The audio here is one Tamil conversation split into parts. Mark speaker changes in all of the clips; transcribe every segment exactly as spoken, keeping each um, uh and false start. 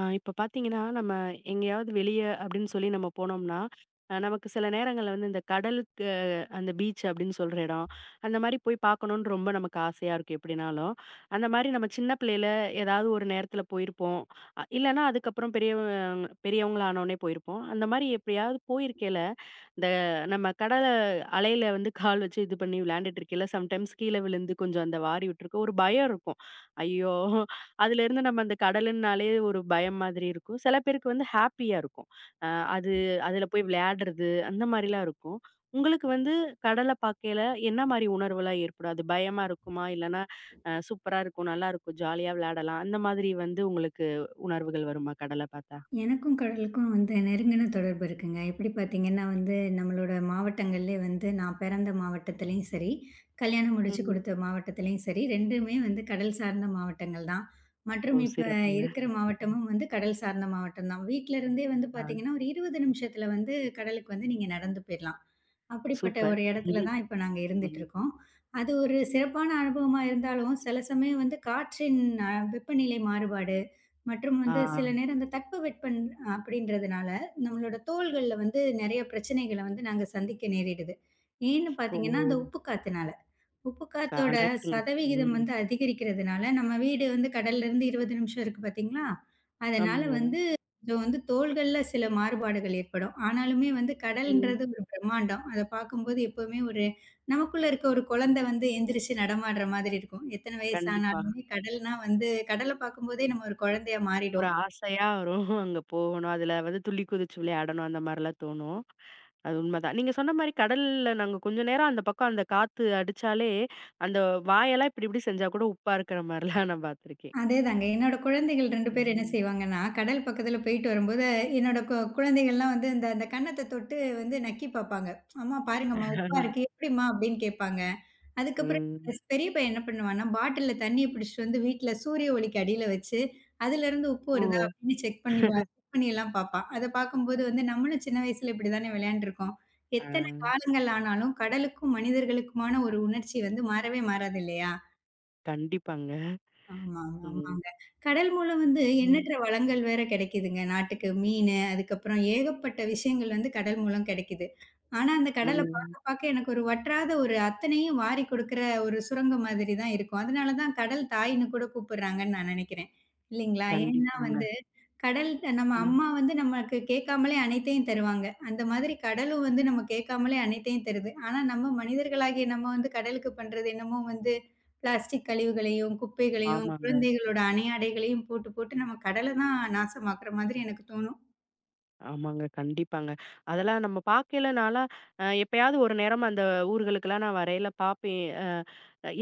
Speaker 1: ஆ இப்ப பார்த்தீங்கன்னா, நம்ம எங்கேயாவது வெளிய அப்படின்னு சொல்லி நம்ம போனோம்னா, அ நமக்கு சில நேரங்கள்ல வந்து இந்த கடலுக்கு அந்த பீச் அப்படின்னு சொல்ற இடம், அந்த மாரி போய் பார்க்கணும்னு ரொம்ப நமக்கு ஆசையா இருக்கும் எப்படினாலும். அந்த மாரி நம்ம சின்ன பிள்ளையில ஏதாவது ஒரு நேரத்தில போயிருப்போம். அ இல்லன்னா அதுக்கப்புறம் பெரியவ பெரியவங்களா ஆனோனே போயிருப்போம். அந்த மாரி எப்பயாவது போயிருக்கையில இந்த நம்ம கடல அலையில வந்து கால் வச்சு இது பண்ணி விளையாண்டுட்டு இருக்கையில, சம்டைம்ஸ் கீழ விழுந்து கொஞ்சம் அந்த வாரி விட்டுருக்கும். ஒரு பயம் இருக்கும். ஐயோ! அதுலேருந்து நம்ம அந்த கடலுன்னாலே ஒரு பயம் மாதிரி இருக்கும். சில பேருக்கு வந்து ஹேப்பியா இருக்கும். அ அது அதுல போய் விளையாடுறது அந்த மாரிலாம் இருக்கும். உங்களுக்கு வந்து கடல பார்க்கையில என்ன மாரி உணர்வுலாம் ஏற்படும்? அது பயமா இருக்குமா? இல்லன்னா அ சூப்பரா இருக்கும், நல்லாருக்கும், ஜாலியா விளையாடலாம். அந்த மாதிரி வந்து உங்களுக்கு உணர்வுகள் வருமா கடல பார்த்தா?
Speaker 2: எனக்கும் கடலுக்கும் வந்து நெருங்கின தொடர்பு இருக்குங்க. எப்படி பார்த்தீங்கன்னா வந்து, நம்மளோட மாவட்டங்கள்லே வந்து நான் பிறந்த மாவட்டத்திலயும் சரி, கல்யாணம் முடிச்சு
Speaker 1: ம்.
Speaker 2: குடுத்த மாவட்டத்திலயும் சரி, 2மே வந்து கடல் சார்ந்த மாவட்டங்கள் தான்.
Speaker 1: ஓ!
Speaker 2: மற்றும் இப்ப
Speaker 1: சிறப்புங்க.
Speaker 2: இருக்கிற
Speaker 1: ம்.
Speaker 2: மாவட்டமும் வந்து கடல் சார்ந்த மாவட்டம் தான். வீட்ல இருந்தே வந்து
Speaker 1: ஆ.
Speaker 2: பார்த்தீங்கன்னா, ஒரு இருபது நிமிஷத்துல வந்து கடலுக்கு வந்து நீங்க நடந்து போயிரலாம். அப்படிப்பட்ட
Speaker 1: சூப்பர்.
Speaker 2: ஒரு இடத்துல
Speaker 1: ம்ஹ்ம்.
Speaker 2: தான் இப்ப நாங்க
Speaker 1: ம்.
Speaker 2: இருந்துட்டுருக்கோம். அது ஒரு சிறப்பான அனுபவமா இருந்தாலும், சில சமயம் வந்து காற்றின் அ வெப்பநிலை மாறுபாடு, மற்றும்
Speaker 1: ஆ.
Speaker 2: வந்து சில நேரம் இந்த தட்பவெட்பம் அப்படின்றதுனால, நம்மளோட தோள்கள்ல வந்து நெறைய பிரச்சனைகள வந்து நாங்க சந்திக்க நேரிடுது. ஏன்னு
Speaker 1: ஓ!
Speaker 2: பார்த்தீங்கன்னா, அந்த உப்பு காத்துனால. உப்பு காத்தோட
Speaker 1: கான்ட்ராக்ட்ங்க.
Speaker 2: சதவிகிதம்
Speaker 1: ம்.
Speaker 2: வந்து அதிகரிக்கிறதுனால, நம்ம வீடு வந்து கடல்லருந்து இருபது நிமிஷம் இருக்கு பார்த்தீங்களா? அதனால
Speaker 1: ஆமாங்க.
Speaker 2: வந்து கொஞ்சம் வந்து தோள்கள்ல சில மாறுபாடுகள் ஏற்படும். ஆனாலுமே வந்து
Speaker 1: ம்.
Speaker 2: கடல்ன்றது ஒரு பிரம்மாண்டம். அத பார்க்கும்போது எப்பவுமே ஒரு நமக்குள்ள இருக்க ஒரு குழந்தை வந்து எந்திரிச்சு நடமாடுற மாதிரி இருக்கும். எத்தன
Speaker 1: கண்டிப்பா.
Speaker 2: வயசானாலுமே கடல்னா வந்து கடல பார்க்கும்போதே நம்ம ஒரு குழந்தையா
Speaker 1: ஒரு
Speaker 2: மாறிடும்.
Speaker 1: ஆசையா வரும். அங்க போகணும். அதுல வந்து துள்ளி குதிச்சு விளையாடணும். அந்த மாரிலாம் தோணும். அது உண்மதான். நீங்க சொன்ன மாரி கடல்ல நாங்க கொஞ்ச நேரம் அந்த பக்கம் அந்த காத்து அடிச்சாலே, அந்த வாயெல்லாம் இப்டி இப்டி செஞ்சா கூட உப்பா இருக்கிற மாரிலாம் நான் பார்த்துருக்கேன்.
Speaker 2: அதேதாங்க. என்னோட குழந்தைகள் ரெண்டு பேர் என்ன
Speaker 1: ம்.
Speaker 2: செய்வாங்கன்னா, கடல் பக்கத்துல போயிட்டு வரும்போது, என்னோட கு குழந்தைகள்லாம் வந்து இந்த அந்த கன்னத்த தொட்டு வந்து நக்கி பாப்பாங்க. "அம்மா பாருங்கம்மா, உப்பா இருக்கு. எப்படிம்மா?" அப்படின்னு கேட்பாங்க. அதுக்கப்புறம்
Speaker 1: ம்.
Speaker 2: ஸ் பெரிய பையன் என்ன பண்ணுவான்னா, பாட்டில்ல தண்ணிய பிடிச்சிட்டு வந்து வீட்ல சூரிய ஒளிக்கு அடியில வச்சு, அதிலருந்து உப்பு
Speaker 1: ஓ!
Speaker 2: வருதா அப்படின்னு செக் பண்ணி பா செக் பண்ணி எல்லாம் பாப்பான். அத பார்க்கும்போது வந்து நம்மளும் சின்ன வயசுல இப்படிதானே விளையாண்டுருக்கோம்.
Speaker 1: ஆ.
Speaker 2: எத்தன காலங்கள் ஆனாலும், கடலுக்கும் மனிதர்களுக்குமான ஒரு உணர்ச்சி வந்து மாறவே மாறாது இல்லையா?
Speaker 1: கண்டிப்பாங்க.
Speaker 2: ஆமா, ஆமா,
Speaker 1: ம்.
Speaker 2: ஆமாங்க. கடல் மூலம் வந்து
Speaker 1: ம்.
Speaker 2: எண்ணற்ற வளங்கள் வேற கிடைக்குதுங்க. நாட்டுக்கு மீனு, அதுக்கப்புறம் ஏகப்பட்ட விஷயங்கள் வந்து கடல் மூலம் கிடைக்குது. ஆனா, அந்த கடல
Speaker 1: ம்.
Speaker 2: பாக்க, பாக்க எனக்கு ஒரு வற்றாத ஒரு அத்தனையும் வாரி கொடுக்குற ஒரு சுரங்கம் மாதிரி தான் இருக்கும். அதனால தான் கடல் தாய்ன்னு கூட கூப்பிடுறாங்கன்னு நான் நினைக்கிறேன். இல்லைங்களா? ஏன்னா
Speaker 1: கண்டிப்பாங்க.
Speaker 2: வந்து கடல் நம்ம
Speaker 1: ம்.
Speaker 2: அம்மா வந்து நமக்கு கேட்காமலே அனைத்தையும் தருவாங்க. அந்த மாதிரி கடலும் வந்து நம்ம கேட்காமலே அனைத்தையும் தருது. ஆனா நம்ம மனிதர்களாகிய நம்ம வந்து கடலுக்கு பண்றது என்னமோ வந்து பிளாஸ்டிக் கழிவுகளையும், குப்பைகளையும்,
Speaker 1: ஆமாங்க.
Speaker 2: குழந்தைகளோட அணையாடைகளையும் போட்டு போட்டு நம்ம கடல தான் நாசமாக்குற மாதிரி எனக்கு தோணும்.
Speaker 1: ஆமாங்க. கண்டிப்பாங்க. அதெல்லாம் நம்ம பார்க்கையில நான்லாம் அ எப்பயாவது ஒரு நேரம் அந்த ஊர்களுக்கெல்லாம் நான் வரையில பார்ப்பேன். அ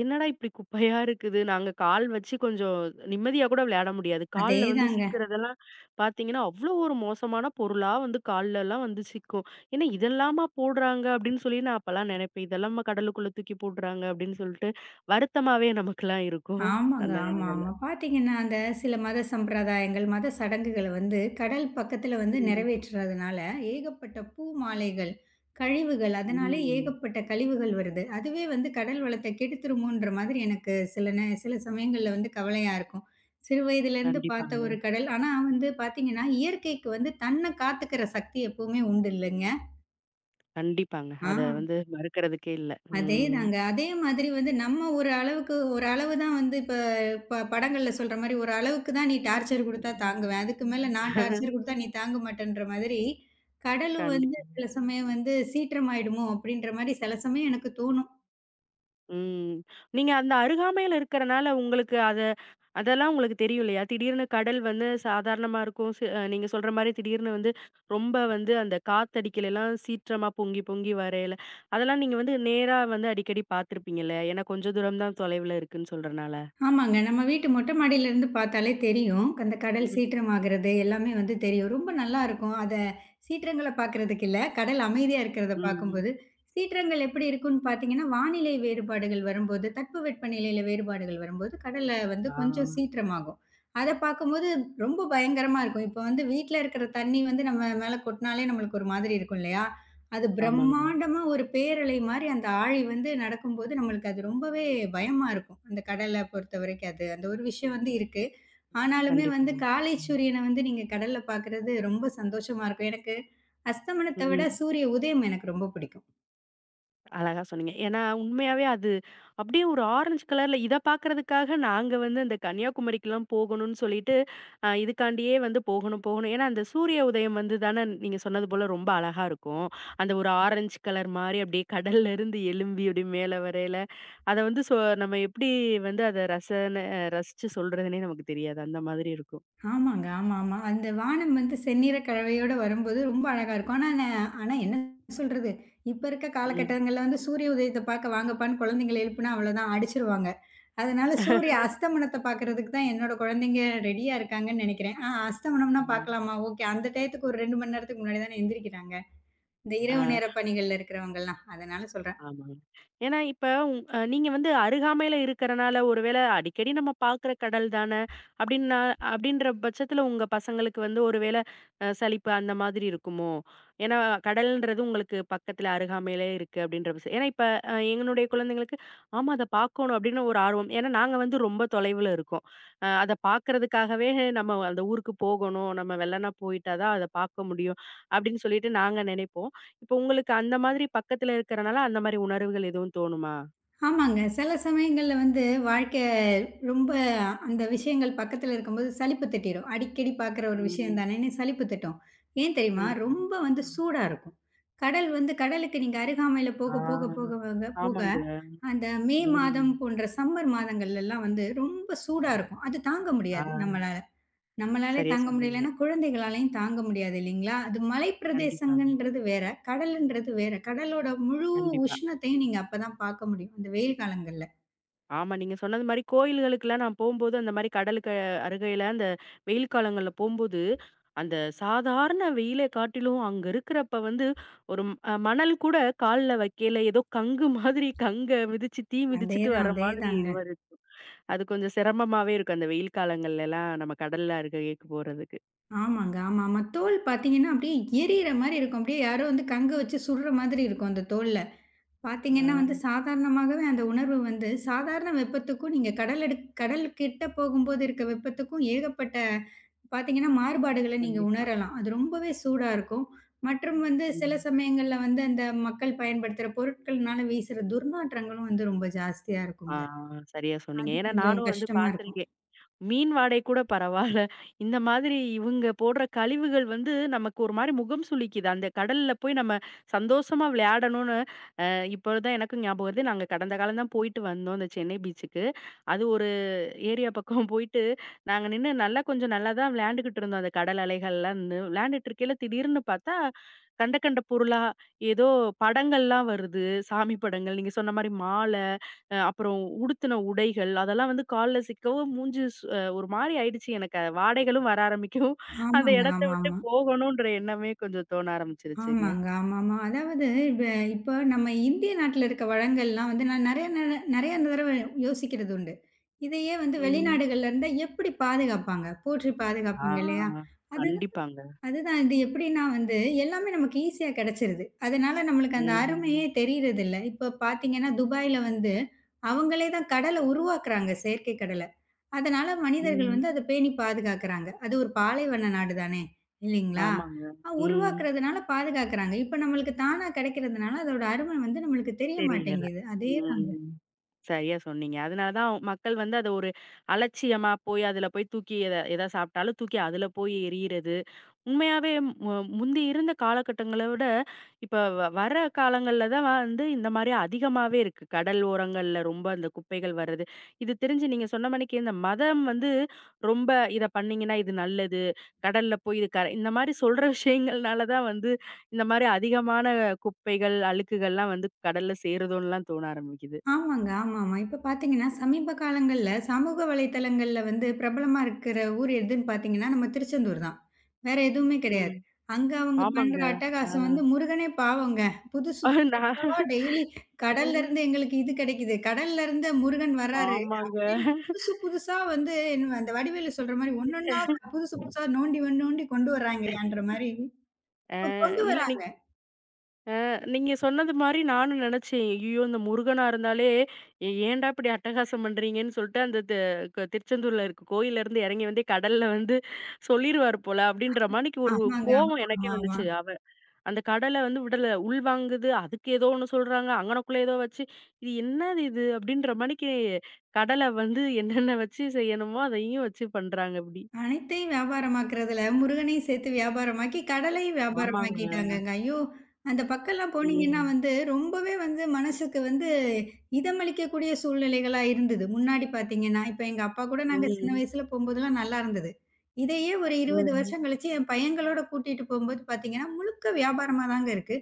Speaker 1: என்னடா இப்படி குப்பையா இருக்குது. நாங்க கால் வச்சு கொஞ்சம் நிம்மதியா கூட விளையாட முடியாது. கால்ல வந்து
Speaker 2: அதேதாங்க.
Speaker 1: சிக்கிறதெல்லாம் பார்த்தீங்கன்னா, அவ்வளோ ஒரு மோசமான பொருளா வந்து கால்லலாம் வந்து சிக்கும். ஏன்னா, இதெல்லாமா போடுறாங்க அப்படின்னு சொல்லி நான் அப்பலாம் நினைப்பேன். இதெல்லாமா கடலுக்குள்ள தூக்கி போடுறாங்க அப்படின்னு சொல்லிட்டு வருத்தமாவே நமக்கெல்லாம் இருக்கும்.
Speaker 2: ஆமாங்க.
Speaker 1: அந்த
Speaker 2: ஆமா,
Speaker 1: நேரங்கள்ல.
Speaker 2: ஆமா. பார்த்தீங்கன்னா, அந்த சில மத சம்பிரதாயங்கள், மத சடங்குகள வந்து கடல் பக்கத்துல வந்து
Speaker 1: ம்.
Speaker 2: நிறைவேற்றுறதுனால, ஏகப்பட்ட பூ மாலைகள், கழிவுகள், அதனாலே
Speaker 1: ம்.
Speaker 2: ஏகப்பட்ட கழிவுகள் வருது. அதுவே வந்து கடல் வளத்த கெடுத்துருமோன்ற மாதிரி எனக்கு சில நே சில சமயங்கள்ல வந்து கவலையா இருக்கும். சிறு வயதிலேருந்து பார்த்த
Speaker 1: கண்டிப்பாங்க.
Speaker 2: ஒரு கடல். ஆனா வந்து பார்த்தீங்கன்னா, இயற்கைக்கு வந்து தன்ன காத்துக்கிற சக்தி எப்பவுமே உண்டு இல்லைங்க?
Speaker 1: கண்டிப்பாங்க. அத
Speaker 2: ஆ.
Speaker 1: வந்து மறுக்கிறதுக்கே இல்ல. ம்.
Speaker 2: அதேதாங்க. அதே மாதிரி வந்து நம்ம ஒரு அளவுக்கு ஒரு அளவு தான் வந்து இப்ப ப படங்கள்ல சொல்ற மாரி, "ஒரு அளவுக்கு தான் நீ டார்ச்சர் குடுத்தா தாங்குவேன். அதுக்கு மேல நான் டார்ச்சர் குடுத்தா நீ தாங்க மாட்டேன்ற" மாதிரி கடலும் வந்து
Speaker 1: கண்டிப்பா.
Speaker 2: சில சமயம் வந்து சீற்றமாயிடுமோ! அப்படின்ற மாரி சில சமயம் எனக்கு தோணும்.
Speaker 1: ம். நீங்க அந்த அருகாமையில இருக்கிறனால உங்களுக்கு அத அதெல்லாம் உங்களுக்கு தெரியும் இல்லையா? திடீர்னு கடல் வந்து சாதாரணமா இருக்கும். சி அ நீங்க சொல்ற மாரி திடீர்னு வந்து ரொம்ப வந்து அந்த காத்தடிக்கலலாம் சீற்றமா பொங்கி பொங்கி வரையில, அதெல்லாம் நீங்க வந்து நேரா வந்து அடிக்கடி பார்த்துருப்பீங்கல்ல? ஏன்னா கொஞ்சம் தூரம் தான் தொலைவுல இருக்குன்னு சொல்றனால.
Speaker 2: ஆமாங்க. நம்ம வீட்டு மொட்டை மாடியிலருந்து பார்த்தாலே தெரியும். அந்த கடல்
Speaker 1: ம்.
Speaker 2: சீற்றமாகிறது எல்லாமே வந்து தெரியும். ரொம்ப நல்லா இருக்கும். அத சீற்றங்கள பார்க்கறதுக்கு இல்ல, கடல் அமைதியா இருக்கிறத
Speaker 1: ம்.
Speaker 2: பார்க்கும்போது, சீற்றங்கள் எப்படி இருக்கும்னு பார்த்தீங்கன்னா, வானிலை வேறுபாடுகள் வரும்போது, தட்பவெட்ப நிலையில வேறுபாடுகள் வரும்போது, கடல்ல வந்து
Speaker 1: ஆ.
Speaker 2: கொஞ்சம் சீற்றமாகும். அத பார்க்கும்போது ரொம்ப பயங்கரமா இருக்கும். இப்ப வந்து வீட்ல இருக்கிற தண்ணி வந்து நம்ம மேல கொட்டினாலே நம்மளுக்கு ஒரு மாதிரி இருக்கும் இல்லையா? அது
Speaker 1: ஆமாங்க.
Speaker 2: பிரம்மாண்டமா ஒரு பேரலை மாரி அந்த ஆழி வந்து நடக்கும்போது, நம்மளுக்கு அது ரொம்பவே பயமா இருக்கும். அந்த கடல பொறுத்தவரைக்கும் அது. அந்த ஒரு விஷயம் வந்து இருக்கு. ஆனாலுமே வந்து
Speaker 1: கண்டிப்பாங்க.
Speaker 2: காலை
Speaker 1: ம்.
Speaker 2: சூரியன வந்து நீங்க கடல்ல பார்க்குறது ரொம்ப சந்தோஷமா இருக்கும். எனக்கு அஸ்தமனத்த விட
Speaker 1: ம்.
Speaker 2: சூரிய உதயம் எனக்கு ரொம்ப பிடிக்கும்.
Speaker 1: அழகா சொன்னீங்க. ஏன்னா, உண்மையாவே அது அப்படியே ஒரு ஆரஞ்சு கலர்ல இத பார்க்கறதுக்காக நாங்க வந்து அந்த கன்னியாகுமரிக்குலாம் போகணும்னு சொல்லிட்டு, அ இதுக்காண்டியே வந்து போகணும், போகணும். ஏன்னா, அந்த சூரிய உதயம் வந்து தானே நீங்க சொன்னது போல ரொம்ப அழகா இருக்கும். அந்த ஒரு ஆரஞ்சு கலர் மாரி அப்படியே கடல்லருந்து எழும்பி அப்படியே மேல வரையில, அத வந்து சொ நம்ம எப்படி வந்து அத ரசன ரசிச்சு சொல்றதுன்னே நமக்கு தெரியாது. அந்த மாதிரி இருக்கும்.
Speaker 2: ஆமாங்க. ஆமா, ஆமா. அந்த வானம் வந்து செந்நிற கழவையோட வரும்போது ரொம்ப அழகா இருக்கும். ஆனா ந ஆனா என்ன சொல்றது? இப்ப இருக்க
Speaker 1: ம்.
Speaker 2: காலகட்டங்கள்ல வந்து சூரிய உதயத்த பார்க்க வாங்கப்பான்னு குழந்தைங்கள எழுப்புனா அவ்வளோதான் அடிச்சுருவாங்க. அதனால சூரிய அஸ்தமனத்த பார்க்கறதுக்கு தான் என்னோட குழந்தைங்க ரெடியா இருக்காங்கன்னு நெனைக்கிறேன். ஆ
Speaker 1: ஆ.
Speaker 2: அஸ்தமனம்னா பார்க்கலாமா? ஓகே. அந்த டயத்துக்கு ஒரு ரெண்டு மணி நேரத்துக்கு முன்னாடி தானே எந்திரிக்கிறாங்க. இந்த இரவு
Speaker 1: ஆ.
Speaker 2: நேர பணிகள்ல இருக்கிறவங்கலாம். அதனால சொல்றேன்.
Speaker 1: ஆமாங்க. ஏன்னா இப்ப உங் அ நீங்க வந்து அருகாமையில இருக்கறனால, ஒருவேள அடிக்கடி நம்ம பாக்குற கடல் தான, அப்டின்னா அப்டின்ற பட்சத்துல உங்க பசங்களுக்கு வந்து ஒருவேள அ சலிப்பு அந்த மாதிரி இருக்குமோ? ஏன்னா கடல்ன்றது உங்களுக்கு பக்கத்துல அருகாமையிலே இருக்கு அப்டின்ற பட்ச ஏன்னா இப்ப அ எங்களுடைய குழந்தைங்களுக்கு, ஆமா அத பாக்கணும் அப்டின்னு ஒரு ஆர்வம். ஏன்னா நாங்க வந்து ரொம்ப தொலைவுல இருக்கோம். அ அத பாக்குறதுக்காகவே நம்ம அந்த ஊருக்கு போகணும். நம்ம வெள்ளனா போயிட்டா தான் அத பாக்க முடியும். அப்டின்னு சொல்லிட்டு நாங்க நெனைப்போம். இப்ப உங்களுக்கு அந்த மாதிரி பக்கத்துல இருக்கறனால, அந்த மாரி உணர்வுகள் எதுவும் தோணுமா?
Speaker 2: ஆமாங்க. சில சமயங்கள்ல வந்து வாழ்க்கை ரொம்ப அந்த விஷயங்கள் பக்கத்துல இருக்கும்போது சலிப்பு தட்டிரும். அடிக்கடி பார்க்குற ஒரு விஷயம்
Speaker 1: ம்.
Speaker 2: தானேன்னு சலிப்பு தட்டும். ஏன் தெரியுமா?
Speaker 1: கண்டிப்பா.
Speaker 2: ரொம்ப வந்து
Speaker 1: ம்.
Speaker 2: சூடா இருக்கும். கடல் வந்து கடலுக்கு நீங்க அருகாமையில போக,
Speaker 1: ஆ.
Speaker 2: போக, போக, போக, போக
Speaker 1: ஆமாங்க.
Speaker 2: அந்த மே மாதம்
Speaker 1: ம்.
Speaker 2: போன்ற சம்மர் மாதங்கள்லலாம் வந்து ரொம்ப சூடா இருக்கும். அது தாங்க முடியாது
Speaker 1: ஆ.
Speaker 2: நம்மளால. நம்மளாலே
Speaker 1: சரியா
Speaker 2: தாங்க
Speaker 1: சொன்னீங்க.
Speaker 2: முடியலன்னா, குழந்தைகளாலயும் தாங்க முடியாது இல்லைங்களா? அது
Speaker 1: கண்டிப்பாங்க.
Speaker 2: மலைப்பிரதேசங்கன்றது வேற, கடலுன்றது வேற. கடலோட முழு
Speaker 1: கண்டிப்பா.
Speaker 2: உஷ்ணத்தையும் நீங்க அப்பதான் பார்க்க முடியும், அந்த வெயில் காலங்கள்ல.
Speaker 1: ஆமா. நீங்க சொன்னது மாரி கோயில்களுக்குலாம் நான் போம்போது, அந்த மாரி கடலுக்கு அருகையில அந்த வெயில் காலங்கள்ல போம்போது, அந்த சாதாரண வெயிலை காட்டிலும் அங்க இருக்கிறப்ப வந்து ஒரு அ மணல் கூட கால்ல வைக்கையில ஏதோ கங்கு மாதிரி கங்க மிதிச்சு, தீ மிதிச்சுட்டு
Speaker 2: அதேதான்,
Speaker 1: வர மாதிரி
Speaker 2: அதேதாங்க.
Speaker 1: ஒரு அது கொஞ்சம் சிரமமாவே இருக்கும். அந்த வெயில் காலங்கள்லலாம் நம்ம கடல்ல அருகேக்கு போறதுக்கு.
Speaker 2: ஆமாங்க, ஆமாமா. தோல் பார்த்தீங்கன்னா, அப்படியே எரியிற மாரி இருக்கும். அப்படியே யாரோ வந்து கங்க வச்சு சுடுற மாதிரி இருக்கும் அந்த தோல்ல. பார்த்தீங்கன்னா வந்து
Speaker 1: ஆ
Speaker 2: சாதாரணமாகவே அந்த உணர்வு வந்து சாதாரண வெப்பத்துக்கும் நீங்க கடல் எடு கடல் கிட்ட போகும்போது இருக்க வெப்பத்துக்கும் ஏகப்பட்ட பார்த்தீங்கன்னா மாறுபாடுகள நீங்க
Speaker 1: கண்டிப்பா.
Speaker 2: உணரலாம். அது ரொம்பவே சூடா இருக்கும். மற்றும் வந்து சில
Speaker 1: ம்.
Speaker 2: சமயங்கள்ல வந்து அந்த மக்கள் பயன்படுத்துற பொருட்கள்னால வீசுற துர்நாற்றங்களும் வந்து ரொம்ப ஜாஸ்தியா
Speaker 1: ஆ
Speaker 2: இருக்குங்க.
Speaker 1: சரியா சொன்னீங்க.
Speaker 2: அது
Speaker 1: ஏன்னா
Speaker 2: கொஞ்சம்
Speaker 1: நானும் வந்து
Speaker 2: கஷ்டமா இருக்கும்.
Speaker 1: பார்த்துருக்கேன். மீன் வாடை கூட பரவால்ல. இந்த மாதிரி இவுங்க போடுற கழிவுகள் வந்து நமக்கு ஒரு மாரி முகம் சுளிக்குது. அந்த கடல்ல போய் நம்ம சந்தோஷமா விளையாடணும்னு அ இப்பதான் எனக்கும் ஞாபகம் வருது. நாங்க கடந்த காலம் தான் போயிட்டு வந்தோம் இந்த சென்னை பீச்சுக்கு. அது ஒரு ஏரியா பக்கம் போயிட்டு, நாங்க நின்னு நல்லா கொஞ்சம் நல்லா தான் விளையாண்டுகிட்டு இருந்தோம். அந்த கடல் அலைகள்லாம் நின்னு விளையாண்டுட்டு இருக்கையில திடீர்னு பார்த்தா, கண்ட கண்ட பொருளா ஏதோ படங்கள்லாம் வருது. சாமி படங்கள். நீங்க சொன்ன மாரி மால, அ அப்புறம் உடுத்தின உடைகள், அதெல்லாம் வந்து கால்ல சிக்கவும் மூஞ்சு சு அ ஒரு மாரி ஆயிடுச்சு எனக்கு. அஹ் வாடைகளும் வர ஆரம்பிக்கவும், அந்த
Speaker 2: ஆமாங்க.
Speaker 1: இடத்த விட்டு
Speaker 2: ஆமாமா.
Speaker 1: போகணுன்ற எண்ணமே கொஞ்சம் தோண ஆரம்பிச்சுருச்சுங்க.
Speaker 2: ஆமாங்க. ஆமாமா. அதாவது இப்ப இப்ப நம்ம இந்திய நாட்டுல இருக்க வழங்கல்லாம் வந்து நான் நெறைய நெ நெறைய தடவ யோசிக்கிறது உண்டு. இதையே வந்து
Speaker 1: ம்.
Speaker 2: வெளிநாடுகள்ல இருந்தா எப்படி பாதுகாப்பாங்க? போற்றி
Speaker 1: ஆ.
Speaker 2: பாதுகாப்பாங்க இல்லையா? அதுதான்
Speaker 1: கண்டிப்பாங்க.
Speaker 2: அதுதான் இது எப்படின்னா வந்து எல்லாமே நமக்கு ஈஸியா கிடைச்சிருது. அதனால நம்மளுக்கு அந்த அருமையே
Speaker 1: ம்.
Speaker 2: தெரியறதில்ல. இப்ப பார்த்தீங்கன்னா, துபாய்ல வந்து அவங்களே தான் கடல உருவாக்குறாங்க. செயற்கை கடல. அதனால மனிதர்கள்
Speaker 1: ம்.
Speaker 2: வந்து அத பேணி பாதுகாக்குறாங்க. அது ஒரு பாலைவன நாடு தானே! இல்லீங்களா?
Speaker 1: ஆமாங்க.
Speaker 2: அ
Speaker 1: ம்.
Speaker 2: உருவாக்குறதுனால பாதுகாக்குறாங்க. இப்ப நம்மளுக்கு தானா கிடைக்கிறதுனால அதோட அருமை வந்து நம்மளுக்கு தெரிய
Speaker 1: தெரியல.
Speaker 2: மாட்டேங்குது. அதேதான்.
Speaker 1: ம். சரியா சொன்னீங்க. அதனால தான் மக்கள் வந்து அத ஒரு அலட்சியமா போய் அதுல போய் தூக்கி எத எதா சாப்பிட்டாலும் தூக்கி அதுல போய் எறியிறது. உண்மையாவே மு முந்தி இருந்த காலகட்டங்கள விட, இப்ப வ வர காலங்கள்ல தான் வந்து இந்த மாரி அதிகமாவே இருக்கு. கடல் ஓரங்கள்ல ரொம்ப அந்த குப்பைகள் வர்றது. இது தெரிஞ்சு நீங்க சொன்ன மாணிக்கு இந்த மதம் வந்து ரொம்ப இத பண்ணீங்கன்னா இது நல்லது. கடல்ல போய் இது கர இந்த மாரி சொல்ற விஷயங்கள்னால தான் வந்து இந்த மாரி அதிகமான குப்பைகள், அழுக்குகள்லாம் வந்து கடல்ல சேருதோன்னுலாம் தோண ஆரம்பிக்குது.
Speaker 2: ஆமாங்க. ஆமாமா. இப்ப பார்த்தீங்கன்னா, சமீப காலங்கள்ல சமூக வலைதளங்கள்ல வந்து பிரபலமா இருக்கிற ஊர் எதுன்னு பார்த்தீங்கன்னா, நம்ம திருச்செந்தூர் தான். வேற எதுவுமே
Speaker 1: ம்.
Speaker 2: கிடையாது. அங்க அவங்க பண்ற
Speaker 1: ஆமாங்க. ஆ.
Speaker 2: அட்டகாசம் வந்து முருகனே பாவங்க. புதுசு ஆ
Speaker 1: நான்
Speaker 2: டெய்லி கடல்ல
Speaker 1: ம்.
Speaker 2: இருந்து எங்களுக்கு இது கிடைக்குது. கடல்ல இருந்து முருகன் வர்றாரு.
Speaker 1: ஆமாங்க.
Speaker 2: அப்படின்னு புதுசு புதுசா வந்து என்ன அந்த வடிவேலு சொல்ற மாரி ஒன்னொன்னா புதுசு புதுசா நோண்டி வந்து நோண்டி கொண்டு வர்றாங்கய்யான்ற மாரி இப்ப கொண்டு
Speaker 1: இல்ல
Speaker 2: வராங்க.
Speaker 1: நீங்க நீங்க சொன்னது மாரி நானும் நெனச்சேன். ஐயய்யோ! இந்த முருகனா இருந்தாலே ஏ ஏன்டா இப்படி அட்டகாசம் பண்றீங்கன்னு சொல்ட்டு அந்த தி க திருச்செந்தூர்ல இருக்க கோயில்ல இருந்து எறங்கி வந்து கடல்ல வந்து சொல்லிருவாரு போல அப்படின்ற மாணிக்கு ஒரு
Speaker 2: ஆமாங்க.
Speaker 1: கோவம் எனக்கே
Speaker 2: ஆமாமா.
Speaker 1: வந்துச்சு. அவ அந்த கடல வந்து விடல. உள்வாங்குது. அதுக்கு ஏதோ ஒண்ணு சொல்றாங்க. அங்கனக்குள்ள ஏதோ வச்சு, இது என்னது இது? அப்படின்ற மாணிக்கு கடல வந்து என்னென்ன வச்சு செய்யணுமோ, அதையும் வச்சு பண்றாங்க இப்டி.
Speaker 2: அனைத்தையும் வியாபாரமாக்குறதுல, முருகனையும் சேர்த்து வியாபாரமாக்கி, கடலையும்
Speaker 1: ஆமாங்க.
Speaker 2: வியாபாரமாக்கிட்டாங்கங்க. ஐயோ! அந்த பக்கம்லாம் போனீங்கன்னா
Speaker 1: ம்.
Speaker 2: வந்து, ரொம்பவே வந்து மனசுக்கு வந்து இதமளிக்கக்கூடிய சூழ்நிலைகளா இருந்தது. முன்னாடி பார்த்தீங்கன்னா, இப்ப எங்க அப்பா கூட நாங்க சின்ன
Speaker 1: ம்.
Speaker 2: வயசுல போம்போதெல்லாம் நல்லா இருந்தது. இதையே ஒரு இருபது
Speaker 1: ம்.
Speaker 2: வருஷம் கழிச்சு என் பையங்களோட கூட்டிட்டு போம்போது பார்த்தீங்கன்னா, முழுக்க வியாபாரமா தாங்க இருக்கு.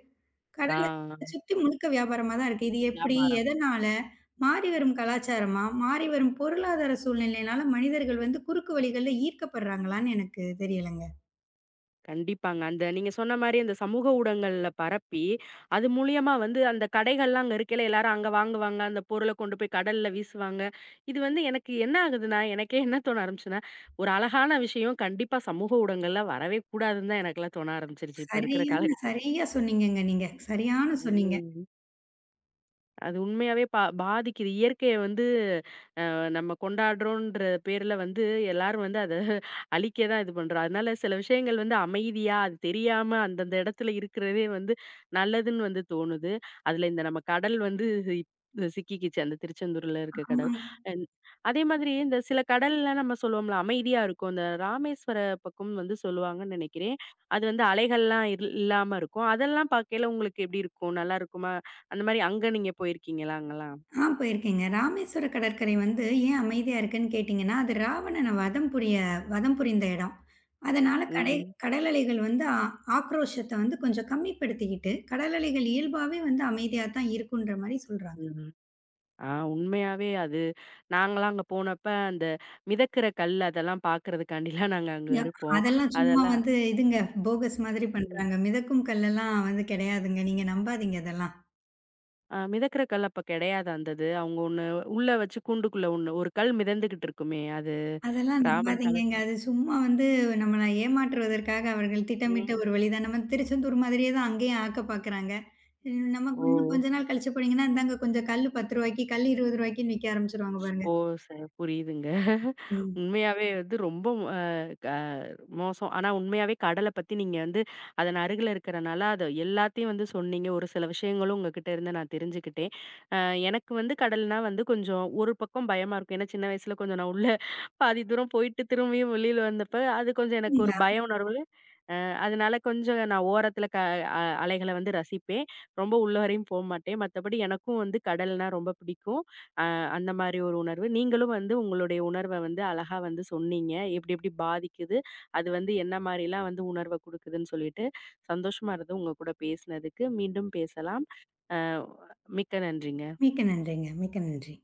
Speaker 1: ஆ.
Speaker 2: கடல சுத்தி முழுக்க வியாபாரமா தான் இருக்கு. இது எப்படி?
Speaker 1: வியாபாரம்.
Speaker 2: எதனால? மாறி வரும் கலாச்சாரமா? மாறி வரும் பொருளாதார சூழ்நிலையினால மனிதர்கள் வந்து குறுக்கு வழிகள்ல ஈர்க்கப்படுறாங்களான்னு எனக்கு தெரியலங்க.
Speaker 1: கண்டிப்பாங்க. அந்த நீங்க சொன்ன மாரி அந்த சமூக ஊடகங்கள்ல பரப்பி, அது மூலியமா வந்து அந்த கடைகள்லாம் அங்க இருக்கையில எல்லாரும் அங்க வாங்குவாங்க. அந்த பொருள கொண்டு போய் கடல்ல வீசுவாங்க. இது வந்து எனக்கு என்ன ஆகுதுன்னா, எனக்கே என்ன தோண ஆரம்பிச்சுன்னா, ஒரு அழகான விஷயம் கண்டிப்பா சமூக ஊடகங்கள்ல வரவே கூடாதுன்னு தான் எனக்கெல்லாம் தோண ஆரம்பிச்சுருச்சு. இப்ப இருக்கிற
Speaker 2: சரியான
Speaker 1: காலகட்டத்துல
Speaker 2: சரியா சொன்னீங்கங்க நீங்க. சரியான சொன்னீங்க.
Speaker 1: ம். அது உண்மையாவே பா பாதிக்குது. இயற்கைய வந்து நம்ம கொண்டாடுறோன்ற பேர்ல வந்து எல்லாரும் வந்து அத அழிக்க தான் இது பண்றோம். அதனால சில விஷயங்கள் வந்து அமைதியா, அது தெரியாம அந்தந்த இடத்துல இருக்கிறதே வந்து நல்லதுன்னு வந்து தோணுது. அதுல இந்த நம்ம கடல் வந்து இப்- சிக்கிக்கிச்சு. அந்த திருச்செந்தூர்ல இருக்க கடல்.
Speaker 2: ஆமாங்க.
Speaker 1: அன் அதே மாதிரி இந்த சில கடல்லாம் நம்ம சொல்லுவோம்ல, அமைதியா இருக்கும். இந்த ராமேஸ்வர பக்கம் வந்து சொல்லுவாங்கன்னு நினைக்கிறேன். அது வந்து அலைகள்லாம் இல் இல்லாம இருக்கும். அதெல்லாம் பார்க்கையில உங்களுக்கு எப்படி இருக்கும்? நல்லா இருக்குமா? அந்த மாரி அங்க நீங்க போயிருக்கீங்களா அங்கலாம்?
Speaker 2: ஆ போயிருக்கேங்க. ராமேஸ்வர கடற்கரை வந்து ஏன் அமைதியா இருக்குன்னு கேட்டீங்கன்னா, அது ராவணன வதம் புரிய வதம் புரிந்த இடம். அதனால கடை
Speaker 1: ம்.
Speaker 2: கடல் அலைகள் வந்து ஆ ஆக்ரோஷத்த வந்து கொஞ்சம் கம்மிப்படுத்திக்கிட்டு, கடல் அலைகள் இயல்பாவே வந்து அமைதியா தான் இருக்குன்ற மாரி சொல்றாங்க.
Speaker 1: ம். ஆ உண்மையாவே அது நாங்கலாம் அங்க போனப்ப அந்த மிதக்கிற கல் அதெல்லாம் பார்க்கறதுக்காண்டிலாம் நாங்க அங்க
Speaker 2: யா
Speaker 1: இருப்போம்.
Speaker 2: அதெல்லாம் சும்மா
Speaker 1: அதெல்லாம்
Speaker 2: வந்து இதுங்க போகஸ் மாதிரி
Speaker 1: ம்.
Speaker 2: பண்றாங்க. மிதக்கும் கல்லெல்லாம் வந்து கிடையாதுங்க. நீங்க நம்பாதீங்க அதெல்லாம்.
Speaker 1: அ மிதக்கிற கல் அப்ப கிடையாது அந்தது. அவங்க ஒண்ணு உள்ள வச்சு கூண்டுக்குள்ள ஒண்ணு ஒரு கல் மிதந்துகிட்டு இருக்குமே அது
Speaker 2: அதெல்லாம்
Speaker 1: ராமன்
Speaker 2: நம்பாதீங்கங்க.
Speaker 1: காலத்து
Speaker 2: அது சும்மா வந்து நம்மள ஏமாற்றுவதற்காக அவர்கள் திட்டமிட்ட
Speaker 1: ம்.
Speaker 2: ஒரு வழிதான். நம்ம திருச்செந்தூர் மாதிரியே தான் அங்கேயும் ஆக்க பார்க்குறாங்க. ம் நமக்கு
Speaker 1: ஓ!
Speaker 2: இன்னும் கொஞ்ச நாள் கழிச்சு போனீங்கன்னா, இந்தாங்க கொஞ்சம் கல்லு பத்து ரூபாய்க்கு கல் இருபது ரூபாய்க்குன்னு விக்க ஆரம்பிச்சுருவாங்க பாருங்க.
Speaker 1: ஓ! சரி புரியுதுங்க.
Speaker 2: ம்.
Speaker 1: உண்மையாவே வந்து ரொம்ப அ க மோசம். ஆனா உண்மையாவே கடல பத்தி நீங்க வந்து அதன் அருகில இருக்கிறனால, அத எல்லாத்தையும் வந்து சொன்னீங்க. ஒரு சில விஷயங்களும் உங்ககிட்ட இருந்து நான் தெரிஞ்சுக்கிட்டேன். அ எனக்கு வந்து கடல்னா வந்து கொஞ்சம் ஒரு பக்கம் பயமா இருக்கும். ஏன்னா சின்ன வயசுல கொஞ்சம் நான் உள்ள பாதி தூரம் போயிட்டு திரும்பியும் வெளியில வந்தப்ப, அது கொஞ்சம் எனக்கு ஒரு
Speaker 2: சரிங்களா?
Speaker 1: பய உணர்வு அதனால கொஞ்சம் நான் ஓரத்துல க அ அலைகள வந்து ரசிப்பேன். ரொம்ப உள்ள வரையும் போமாட்டேன். மத்தபடி எனக்கும் வந்து கடல்னா ரொம்ப பிடிக்கும். அ அந்த மாரி ஒரு உணர்வு. நீங்களும் வந்து உங்களுடைய உணர்வ வந்து அழகா வந்து சொன்னீங்க. எப்டி எப்டி பாதிக்குது? அது வந்து என்ன மாரிலாம் வந்து உணர்வ குடுக்குதுன்னு சொல்லிட்டு, சந்தோஷமா இருந்தது உங்க கூட பேசினதுக்கு. மீண்டும் பேசலாம். அ மிக்க நன்றிங்க.
Speaker 2: மிக்க நன்றிங்க. மிக்க நன்றி.